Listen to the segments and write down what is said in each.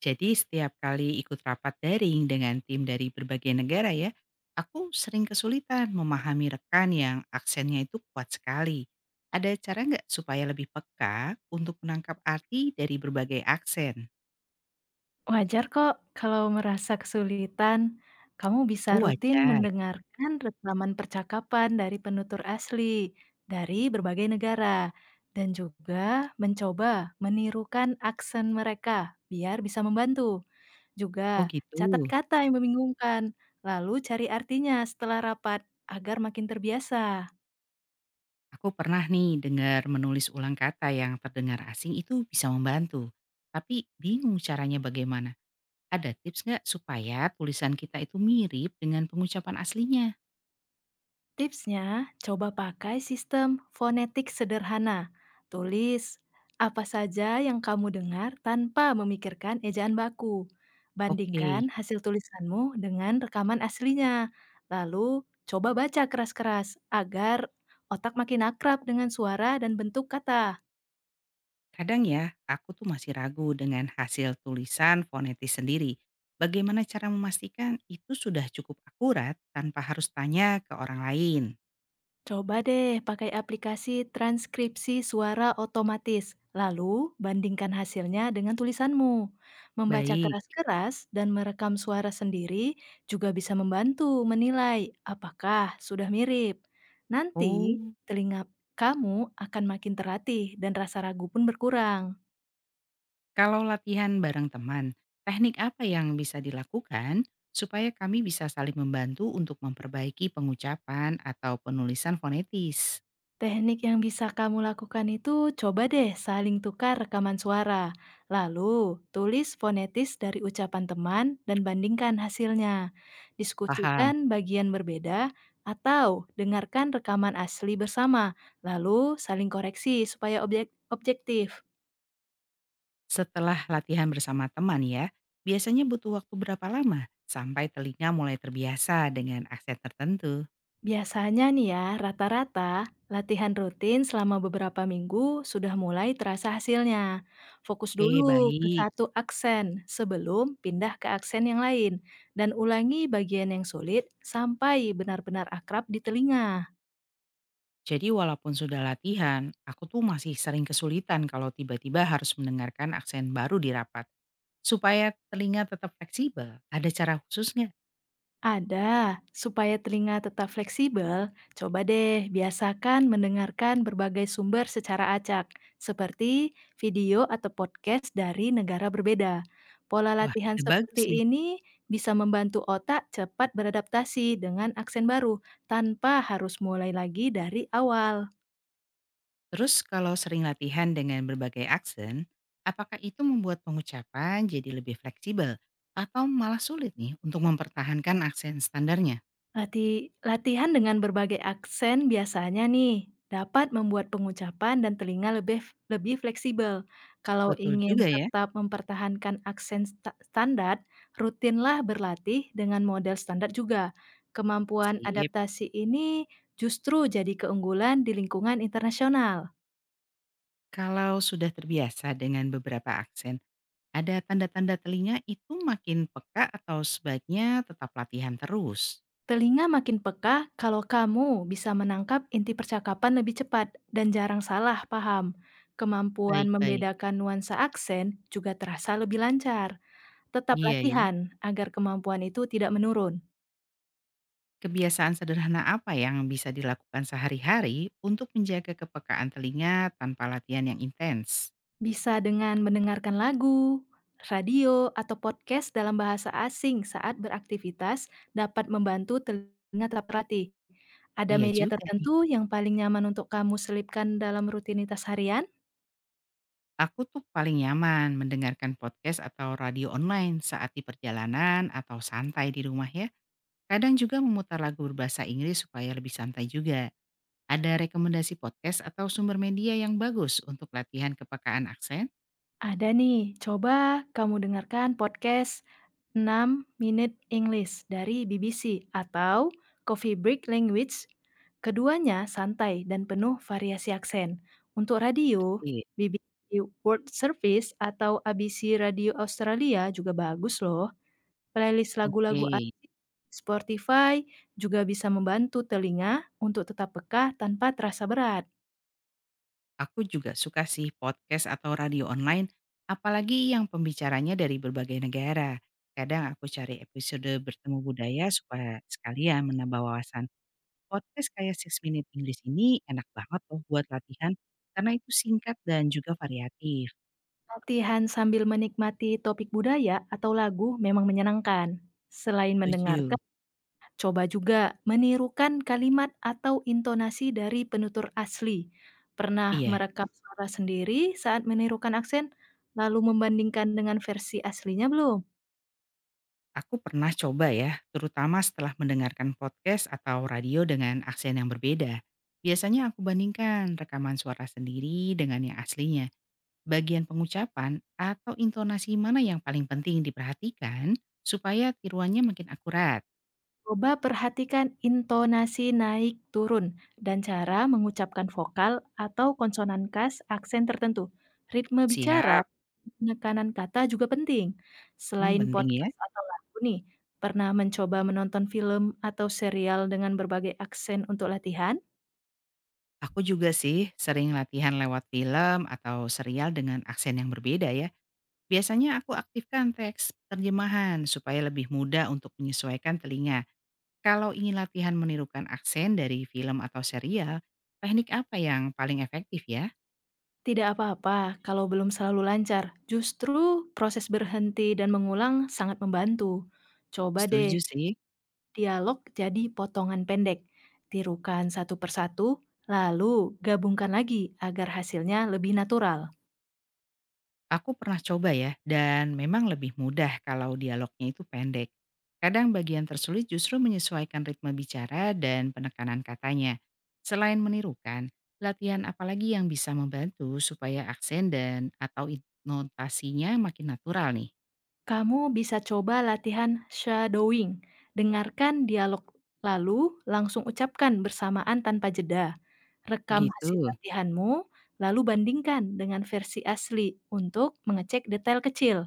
Jadi setiap kali ikut rapat daring dengan tim dari berbagai negara ya, aku sering kesulitan memahami rekan yang aksennya itu kuat sekali. Ada cara nggak supaya lebih peka untuk menangkap arti dari berbagai aksen? Wajar kok kalau merasa kesulitan. Kamu Oh bisa rutin wajar. mendengarkan rekaman percakapan dari penutur asli dari berbagai negara dan juga mencoba menirukan aksen mereka biar bisa membantu. Oh Juga catat gitu. kata yang membingungkan, lalu cari artinya setelah rapat agar makin terbiasa. Aku pernah nih dengar menulis ulang kata yang terdengar asing itu bisa membantu. Tapi bingung caranya bagaimana. Ada tips nggak supaya tulisan kita itu mirip dengan pengucapan aslinya? Tipsnya, coba pakai sistem fonetik sederhana. Tulis apa saja yang kamu dengar tanpa memikirkan ejaan baku. Bandingkan Oke. hasil tulisanmu dengan rekaman aslinya. Lalu, coba baca keras-keras agar otak makin akrab dengan suara dan bentuk kata. Kadang ya, aku tuh masih ragu dengan hasil tulisan fonetis sendiri. Bagaimana cara memastikan itu sudah cukup akurat tanpa harus tanya ke orang lain? Coba deh pakai aplikasi transkripsi suara otomatis, lalu bandingkan hasilnya dengan tulisanmu. Membaca Baik. keras-keras dan merekam suara sendiri juga bisa membantu menilai apakah sudah mirip. Nanti Oh, telinga kamu akan makin terlatih dan rasa ragu pun berkurang. kalau latihan bareng teman, teknik apa yang bisa dilakukan supaya kami bisa saling membantu untuk memperbaiki pengucapan atau penulisan fonetis? Teknik yang bisa kamu lakukan itu coba deh saling tukar rekaman suara. Lalu, tulis fonetis dari ucapan teman dan bandingkan hasilnya. Paham. Diskusikan bagian berbeda atau dengarkan rekaman asli bersama, lalu saling koreksi supaya objektif. Setelah latihan bersama teman ya, biasanya butuh waktu berapa lama sampai telinga mulai terbiasa dengan aksen tertentu? Biasanya nih ya, rata-rata latihan rutin selama beberapa minggu sudah mulai terasa hasilnya. Fokus Oke, dulu ke baik. satu aksen sebelum pindah ke aksen yang lain dan ulangi bagian yang sulit sampai benar-benar akrab di telinga. Jadi walaupun sudah latihan, aku tuh masih sering kesulitan kalau tiba-tiba harus mendengarkan aksen baru di rapat. Supaya telinga tetap fleksibel, ada cara khusus nggak? Ada, supaya telinga tetap fleksibel, coba deh biasakan mendengarkan berbagai sumber secara acak, seperti video atau podcast dari negara berbeda. Pola Wah, latihan ide bagus seperti nih. ini bisa membantu otak cepat beradaptasi dengan aksen baru tanpa harus mulai lagi dari awal. Terus kalau sering latihan dengan berbagai aksen, apakah itu membuat pengucapan jadi lebih fleksibel? Atau malah sulit nih untuk mempertahankan aksen standarnya? Latihan dengan berbagai aksen biasanya nih, dapat membuat pengucapan dan telinga lebih lebih fleksibel. Kalau Betul ingin juga ya. tetap mempertahankan aksen standar, rutinlah berlatih dengan model standar juga. Kemampuan Sip. adaptasi ini justru jadi keunggulan di lingkungan internasional. Kalau sudah terbiasa dengan beberapa aksen, ada tanda-tanda telinga itu makin peka atau sebaiknya tetap latihan terus? Telinga makin peka kalau kamu bisa menangkap inti percakapan lebih cepat dan jarang salah paham. Kemampuan Baik-baik. membedakan nuansa aksen juga terasa lebih lancar. Tetap Iya ya. latihan agar kemampuan itu tidak menurun. Kebiasaan sederhana apa yang bisa dilakukan sehari-hari untuk menjaga kepekaan telinga tanpa latihan yang intens? Bisa dengan mendengarkan lagu, radio, atau podcast dalam bahasa asing saat beraktivitas dapat membantu telinga tetap terlatih. Ada Iya media juga nih. tertentu yang paling nyaman untuk kamu selipkan dalam rutinitas harian? Aku tuh paling nyaman mendengarkan podcast atau radio online saat di perjalanan atau santai di rumah ya. Kadang juga memutar lagu berbahasa Inggris supaya lebih santai juga. Ada rekomendasi podcast atau sumber media yang bagus untuk latihan kepekaan aksen? Ada nih, coba kamu dengarkan podcast 6 Minute English dari BBC atau Coffee Break Language. Keduanya santai dan penuh variasi aksen. Untuk radio, Oke, BBC World Service atau ABC Radio Australia juga bagus loh. Playlist oke. lagu-lagu asli Spotify juga bisa membantu telinga untuk tetap peka tanpa terasa berat. Aku juga suka sih podcast atau radio online, apalagi yang pembicaranya dari berbagai negara. Kadang aku cari episode bertemu budaya supaya sekalian menambah wawasan. Podcast kayak Six Minute English ini enak banget loh buat latihan, karena itu singkat dan juga variatif. Latihan sambil menikmati topik budaya atau lagu memang menyenangkan. Selain Setuju. mendengarkan, coba juga menirukan kalimat atau intonasi dari penutur asli. Pernah Iya, merekam suara sendiri saat menirukan aksen, lalu membandingkan dengan versi aslinya belum? aku pernah coba ya, terutama setelah mendengarkan podcast atau radio dengan aksen yang berbeda. Biasanya aku bandingkan rekaman suara sendiri dengan yang aslinya. Bagian pengucapan atau intonasi mana yang paling penting diperhatikan supaya tiruannya makin akurat? Coba perhatikan intonasi naik turun dan cara mengucapkan vokal atau konsonan khas aksen tertentu. Ritme bicara, Siap, penekanan kata juga penting. hmm, Selain penting ya. podcast atau lagu nih, pernah mencoba menonton film atau serial dengan berbagai aksen untuk latihan? Aku juga sih sering latihan lewat film atau serial dengan aksen yang berbeda ya. Biasanya aku aktifkan teks terjemahan supaya lebih mudah untuk menyesuaikan telinga. Kalau ingin latihan menirukan aksen dari film atau serial, teknik apa yang paling efektif ya? Tidak apa-apa kalau belum selalu lancar. Justru proses berhenti dan mengulang sangat membantu. Coba deh Setuju sih. dialog jadi potongan pendek. Tirukan satu persatu, lalu gabungkan lagi agar hasilnya lebih natural. Aku pernah coba ya, dan memang lebih mudah kalau dialognya itu pendek. Kadang bagian tersulit justru menyesuaikan ritme bicara dan penekanan katanya. Selain menirukan, latihan apalagi yang bisa membantu supaya aksen dan atau intonasinya makin natural nih. Kamu bisa coba latihan shadowing. Dengarkan dialog lalu langsung ucapkan bersamaan tanpa jeda. Rekam hasil Begitu, latihanmu, lalu bandingkan dengan versi asli untuk mengecek detail kecil.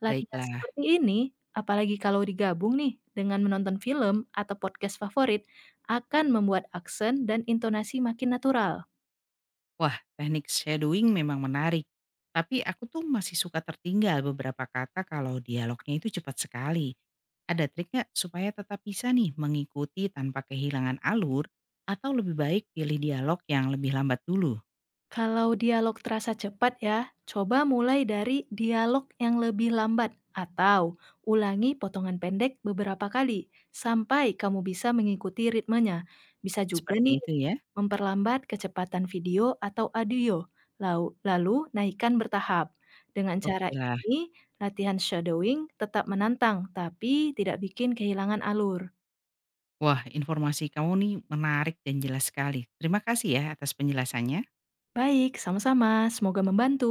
Latihan baiklah. seperti ini, apalagi kalau digabung nih dengan menonton film atau podcast favorit, akan membuat aksen dan intonasi makin natural. Wah, teknik shadowing memang menarik. Tapi aku tuh masih suka tertinggal beberapa kata kalau dialognya itu cepat sekali. Ada trik nggak supaya tetap bisa nih mengikuti tanpa kehilangan alur atau lebih baik pilih dialog yang lebih lambat dulu? Kalau dialog terasa cepat ya, coba mulai dari dialog yang lebih lambat atau ulangi potongan pendek beberapa kali sampai kamu bisa mengikuti ritmenya. Bisa juga Seperti nih itu ya. memperlambat kecepatan video atau audio, lalu naikkan bertahap. Dengan cara Oke lah. ini, latihan shadowing tetap menantang tapi tidak bikin kehilangan alur. Wah, informasi kamu nih menarik dan jelas sekali. Terima kasih ya atas penjelasannya. Baik, sama-sama. Semoga membantu.